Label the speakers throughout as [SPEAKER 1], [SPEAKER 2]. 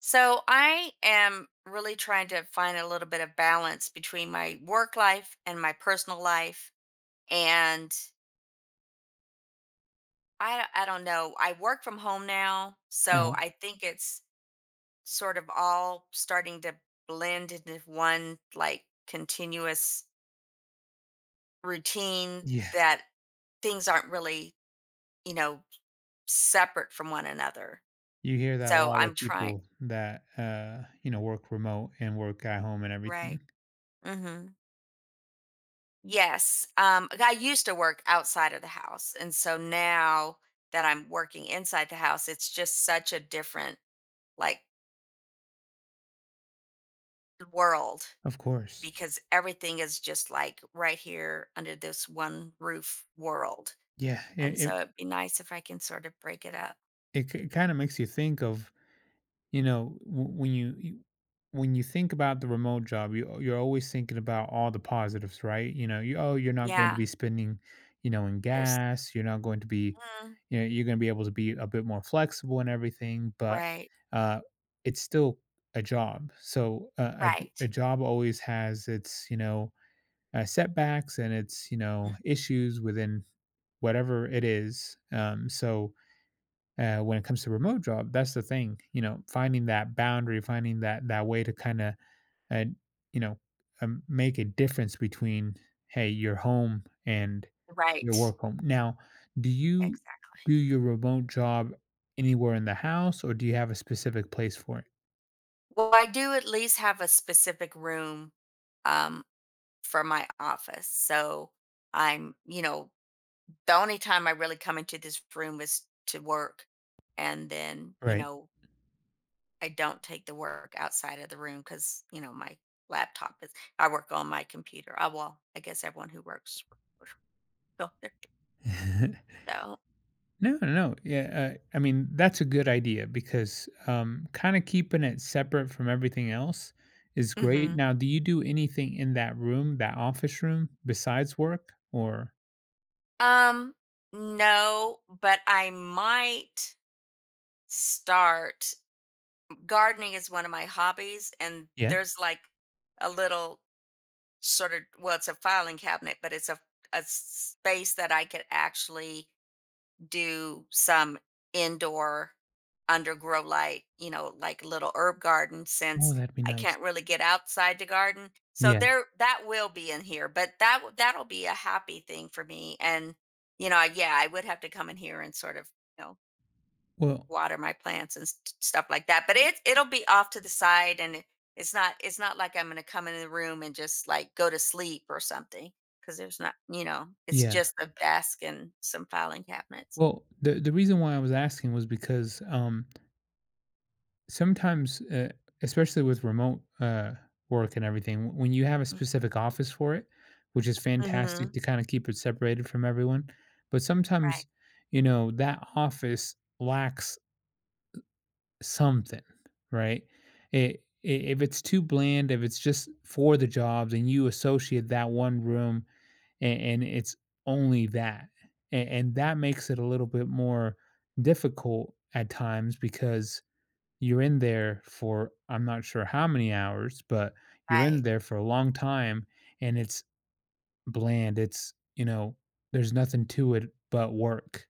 [SPEAKER 1] So I am really trying to find a little bit of balance between my work life and my personal life. And I don't know. I work from home now,
[SPEAKER 2] Uh-huh.
[SPEAKER 1] so I think it's sort of all starting to blend into one like continuous routine
[SPEAKER 2] Yeah,
[SPEAKER 1] that things aren't really, you know, separate from one another.
[SPEAKER 2] you hear that a
[SPEAKER 1] So
[SPEAKER 2] lot
[SPEAKER 1] I'm
[SPEAKER 2] with
[SPEAKER 1] trying,
[SPEAKER 2] people that, work remote and work at home and everything.
[SPEAKER 1] right? Mhm. Yes. Like, I used to work outside of the house. And so now that I'm working inside the house, it's just such a different like world
[SPEAKER 2] Of course.
[SPEAKER 1] because everything is just like right here under this one roof world.
[SPEAKER 2] Yeah, it
[SPEAKER 1] And so
[SPEAKER 2] it
[SPEAKER 1] it'd be nice if I can sort of break it up.
[SPEAKER 2] it kinda makes you think of when you- when you think about the remote job you're always thinking about all the positives, right? You know, you, oh, you're not going to
[SPEAKER 1] Yeah.
[SPEAKER 2] be spending, you know, in
[SPEAKER 1] There's,
[SPEAKER 2] gas. You're not going to be,
[SPEAKER 1] mm,
[SPEAKER 2] you know, you're going to be able to be a bit more flexible and everything, but
[SPEAKER 1] right,
[SPEAKER 2] uh it's still a job. So a
[SPEAKER 1] right,
[SPEAKER 2] job always has its, setbacks and its,
[SPEAKER 1] mm,
[SPEAKER 2] issues within whatever it is. So, when it comes to remote job, that's the thing. You know, finding that boundary, finding that way to kind of uh, you know make a difference between, hey, your home and your
[SPEAKER 1] right.
[SPEAKER 2] work home. Now do you
[SPEAKER 1] Exactly.
[SPEAKER 2] do your remote job anywhere in the house or do you have a specific place for it?
[SPEAKER 1] Well, I do at least have a specific room um, for my office. I'm, you know, The only time I really come into this room is to work, and then, you
[SPEAKER 2] Right.
[SPEAKER 1] know, I don't take the work outside of the room because my laptop is I work on my computer. I well, I guess everyone who works so.
[SPEAKER 2] No, no, no. Yeah, I mean that's a good idea because kind of keeping it separate from everything else is great.
[SPEAKER 1] Mhm.
[SPEAKER 2] Now, do you do anything in that room, that office room, besides work? Or
[SPEAKER 1] Um, no, but I might start gardening is one of my hobbies, and
[SPEAKER 2] yeah,
[SPEAKER 1] there's, like, a little sort of, well, it's a filing cabinet, but it's a space that I could actually do some indoor under grow light, you know, like little herb garden
[SPEAKER 2] oh,
[SPEAKER 1] since
[SPEAKER 2] that'd be
[SPEAKER 1] I
[SPEAKER 2] nice.
[SPEAKER 1] can't really get outside to garden. So
[SPEAKER 2] Yeah.
[SPEAKER 1] there, that will be in here, but that that'll be a happy thing for me. And yeah, I would have to come in here and sort of, you know,
[SPEAKER 2] Well,
[SPEAKER 1] water my plants and stuff like that. But it'll be off to the side, and it's not like I'm going to come in the room and just like go to sleep or something because there's not, it's
[SPEAKER 2] yeah.
[SPEAKER 1] just a desk and some filing cabinets.
[SPEAKER 2] Well, the reason why I was asking was because sometimes, especially with remote work and everything, when you have a specific office for it, which is fantastic
[SPEAKER 1] Mhm.
[SPEAKER 2] to kind of keep it separated from everyone, but sometimes,
[SPEAKER 1] Right,
[SPEAKER 2] you know, that office lacks something, right? If it's too bland, if it's just for the jobs, and you associate that one room, and it's only that, and that makes it a little bit more difficult at times because you're in there for, I'm not sure how many hours, but you're in
[SPEAKER 1] right.
[SPEAKER 2] there for a long time and it's bland. It's, you know, there's nothing to it but work.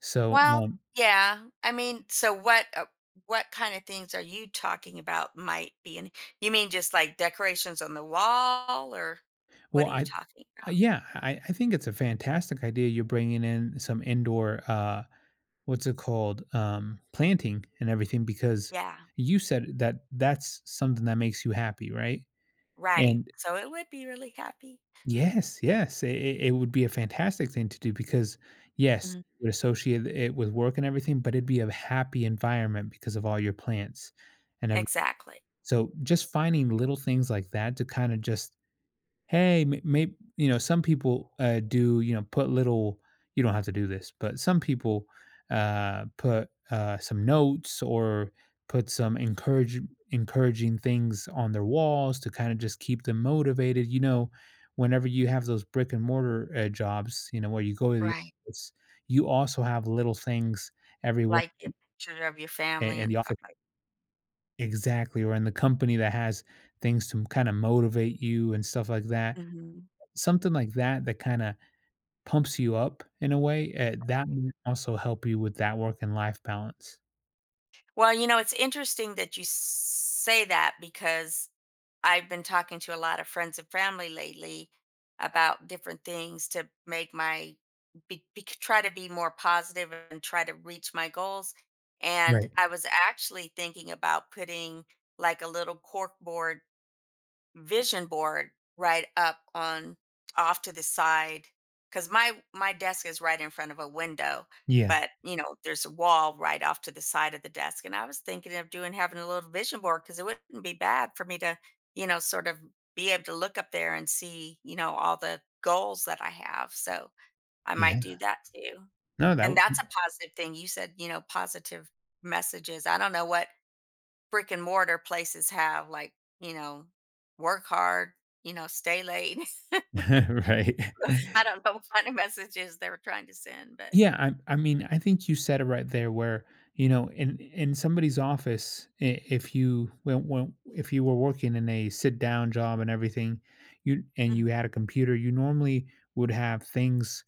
[SPEAKER 2] So,
[SPEAKER 1] Well, yeah. I mean, so what kind of things are you talking about might be in, you mean just like decorations on the wall, or what
[SPEAKER 2] well,
[SPEAKER 1] are you talking about?
[SPEAKER 2] yeah, I think it's a fantastic idea. You're bringing in some indoor, what's it called, planting and everything because
[SPEAKER 1] Yeah,
[SPEAKER 2] you said that that's something that makes you happy, right?
[SPEAKER 1] right.
[SPEAKER 2] And
[SPEAKER 1] So it would be really happy.
[SPEAKER 2] yes, yes. It it would be a fantastic thing to do because, yes,
[SPEAKER 1] Mhm.
[SPEAKER 2] you would associate it with work and everything, but it'd be a happy environment because of all your plants and everything.
[SPEAKER 1] Exactly.
[SPEAKER 2] So just finding little things like that to kind of just, hey, maybe, you know, some people do, you know, put little, you don't have to do this, but some people put some notes or put some encouraging things on their walls to kind of just keep them motivated. You know, whenever you have those brick and mortar jobs, you know, where you go to the
[SPEAKER 1] Right.
[SPEAKER 2] office, you also have little things everywhere,
[SPEAKER 1] Like your picture of your family
[SPEAKER 2] in
[SPEAKER 1] and
[SPEAKER 2] the office.
[SPEAKER 1] stuff like.
[SPEAKER 2] Exactly, or in the company that has things to kind of motivate you and stuff like that,
[SPEAKER 1] Mhm.
[SPEAKER 2] something like that that kind of pumps you up in a way, eh, that might also help you with that work and life balance.
[SPEAKER 1] Well, you know, it's interesting that you say that because I've been talking to a lot of friends and family lately about different things to make my try to be more positive and try to reach my goals. And
[SPEAKER 2] Right.
[SPEAKER 1] I was actually thinking about putting like a little corkboard vision board right up on off to the side because my desk is right in front of a window,
[SPEAKER 2] Yeah.
[SPEAKER 1] but there's a wall right off to the side of the desk, and I was thinking of doing having a little vision board because it wouldn't be bad for me to, you know, sort of be able to look up there and see, you know, all the goals that I have. So I
[SPEAKER 2] Yeah.
[SPEAKER 1] might do that too.
[SPEAKER 2] No,
[SPEAKER 1] And
[SPEAKER 2] that
[SPEAKER 1] that's a positive thing you said, you know, positive messages. I don't know what brick and mortar places have, like, you know, work hard, you know, stay late.
[SPEAKER 2] w right.
[SPEAKER 1] I don't know what kind of messages they were trying to send, but.
[SPEAKER 2] Yeah, I mean, I think you said it right there where, you know, in somebody's office, if you when, if you were working in a sit down job and everything, you and you
[SPEAKER 1] Mhm.
[SPEAKER 2] had a computer, you normally would have things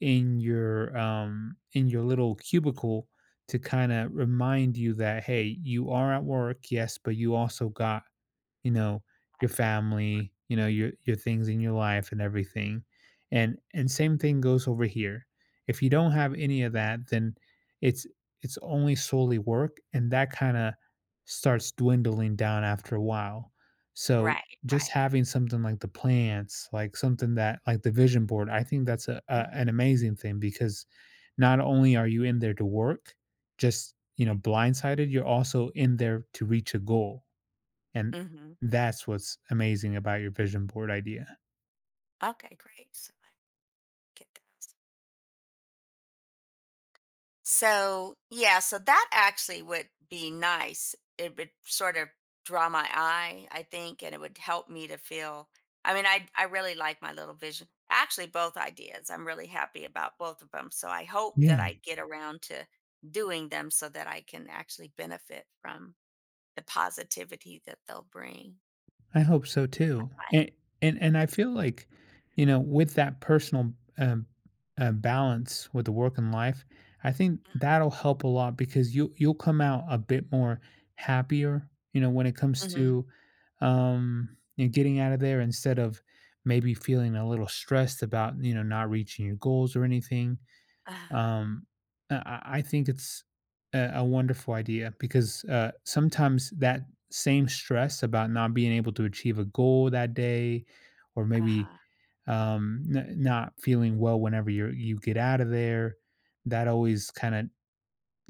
[SPEAKER 2] in your little cubicle to kind of remind you that, hey, you are at work, yes, but you also got, you know, your
[SPEAKER 1] Like,
[SPEAKER 2] family, you know, your things in your life and everything. And same thing goes over here. If you don't have any of that, then it's it's only solely work and that kind of starts dwindling down after a while. So
[SPEAKER 1] right,
[SPEAKER 2] just
[SPEAKER 1] right.
[SPEAKER 2] having something like the plants, like something that like the vision board, I think that's a an amazing thing because not only are you in there to work, just you know blindsided, you're also in there to reach a goal, and
[SPEAKER 1] Mm-hmm.
[SPEAKER 2] that's what's amazing about your vision board idea.
[SPEAKER 1] Okay, great. So I get that. So, yeah, so that actually would be nice. It would sort of draw my eye, I think, and it would help me to feel. I mean, I really like my little vision. Actually, both ideas. I'm really happy about both of them. So I hope that
[SPEAKER 2] Yeah,
[SPEAKER 1] I get around to doing them so that I can actually benefit from the positivity that they'll bring.
[SPEAKER 2] I hope so too.
[SPEAKER 1] Right.
[SPEAKER 2] And and I feel like, you know, with that personal balance with the work and life, I think that'll help a lot because you you'll come out a bit more happier, you know, when it comes
[SPEAKER 1] Mm-hmm.
[SPEAKER 2] to, you know, getting out of there instead of maybe feeling a little stressed about, you know, not reaching your goals or anything.
[SPEAKER 1] Uh,
[SPEAKER 2] Um, I think it's a wonderful idea because sometimes that same stress about not being able to achieve a goal that day, or maybe,
[SPEAKER 1] uh-huh.
[SPEAKER 2] not feeling well whenever you get out of there, that always kind of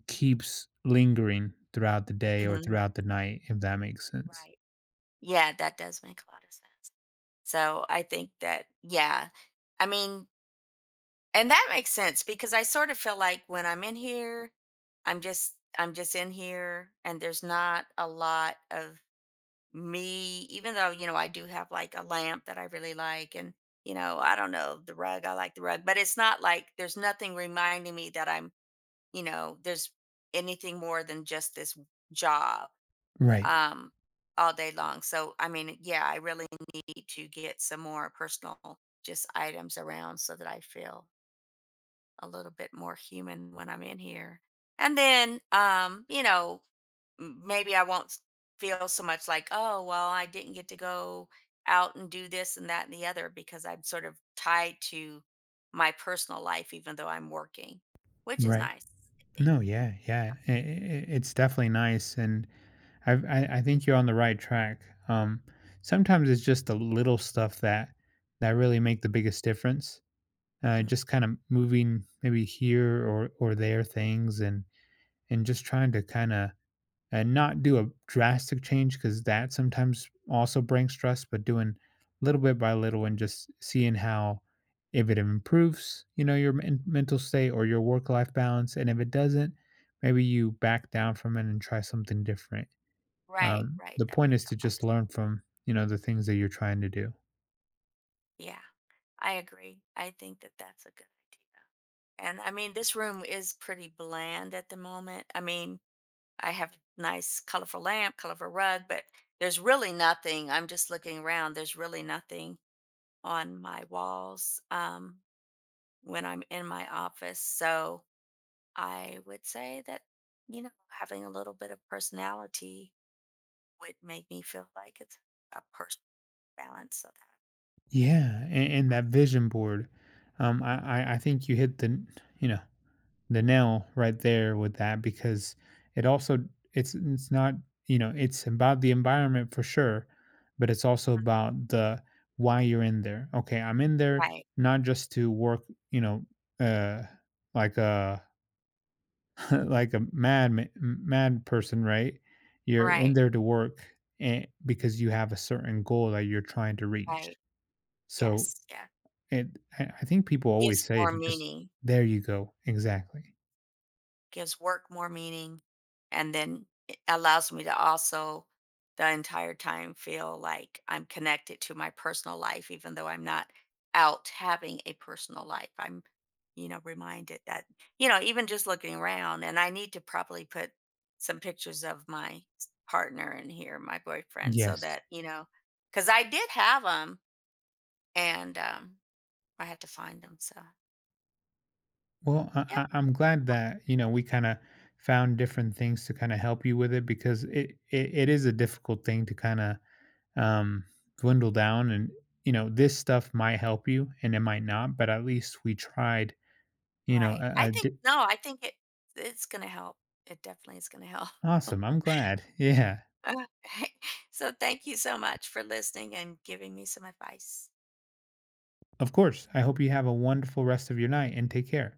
[SPEAKER 2] keeps lingering throughout the day or
[SPEAKER 1] Hmm.
[SPEAKER 2] throughout the night, if that makes sense.
[SPEAKER 1] Right. Yeah, that does make a lot of sense. So I think that, yeah, I mean, and that makes sense because I sort of feel like when I'm in here, I'm just in here and there's not a lot of me, even though, I do have like a lamp that I really like, and, I don't know, the rug, I like the rug, but it's not like there's nothing reminding me that there's anything more than just this job
[SPEAKER 2] Right,
[SPEAKER 1] um all day long. So, I mean, yeah, I really need to get some more personal just items around so that I feel a little bit more human when I'm in here. And then, maybe I won't feel so much like, oh, well, I didn't get to go out and do this and that and the other because I'm sort of tied to my personal life, even though I'm working, which is
[SPEAKER 2] right.
[SPEAKER 1] nice, I think.
[SPEAKER 2] No, yeah, yeah. It's definitely nice, and I think you're on the right track. Um, Sometimes it's just the little stuff that really make the biggest difference.
[SPEAKER 1] Mm.
[SPEAKER 2] Just kind of moving maybe here or there things, and just trying to kind of, and not do a drastic change because that sometimes also brings stress. But doing little bit by little and just seeing how, if it improves, you know, your mental state or your work life balance, and if it doesn't, maybe you back down from it and try something different.
[SPEAKER 1] Right, right.
[SPEAKER 2] The
[SPEAKER 1] That
[SPEAKER 2] point is
[SPEAKER 1] makes a
[SPEAKER 2] to
[SPEAKER 1] lot.
[SPEAKER 2] just learn from, you know, the things that you're trying to do.
[SPEAKER 1] Yeah, I agree. I think that that's a good idea. And I mean, this room is pretty bland at the moment. I mean, I have nice colorful lamp, colorful rug, but there's really nothing. I'm just looking around. There's really nothing on my walls when I'm in my office. So I would say that, you know, having a little bit of personality would make me feel like it's a personal balance of that.
[SPEAKER 2] Yeah, and that vision board, I think you hit the, you know, the nail right there with that because it also, it's not, you know, it's about the environment for sure, but it's also about the why you're in there. Okay, I'm in there
[SPEAKER 1] Right,
[SPEAKER 2] not just to work, you know, uh, like a like a mad person, right? You're in
[SPEAKER 1] right,
[SPEAKER 2] there to work and because you have a certain goal that you're trying to reach.
[SPEAKER 1] right.
[SPEAKER 2] So
[SPEAKER 1] Yes, yeah.
[SPEAKER 2] it, I think people always
[SPEAKER 1] Gives
[SPEAKER 2] say
[SPEAKER 1] more
[SPEAKER 2] to just,
[SPEAKER 1] meaning.
[SPEAKER 2] there you go. Exactly.
[SPEAKER 1] Gives work more meaning, and then it allows me to also the entire time feel like I'm connected to my personal life, even though I'm not out having a personal life. I'm reminded that, even just looking around, and I need to probably put some pictures of my partner in here, my boyfriend, so
[SPEAKER 2] Yes.
[SPEAKER 1] that, because I did have them and I had to find them. So,
[SPEAKER 2] Well,
[SPEAKER 1] yep.
[SPEAKER 2] I'm glad that you know we kind of found different things to kind of help you with it because it it is a difficult thing to kind of um, dwindle down, and you know this stuff might help you and it might not, but at least we tried, you know,
[SPEAKER 1] Right. I
[SPEAKER 2] a
[SPEAKER 1] think, no, I think it's going to help. It definitely is going to help.
[SPEAKER 2] Awesome. I'm glad. Yeah.
[SPEAKER 1] Okay. So thank you so much for listening and giving me some advice.
[SPEAKER 2] Of course. I hope you have a wonderful rest of your night and take care.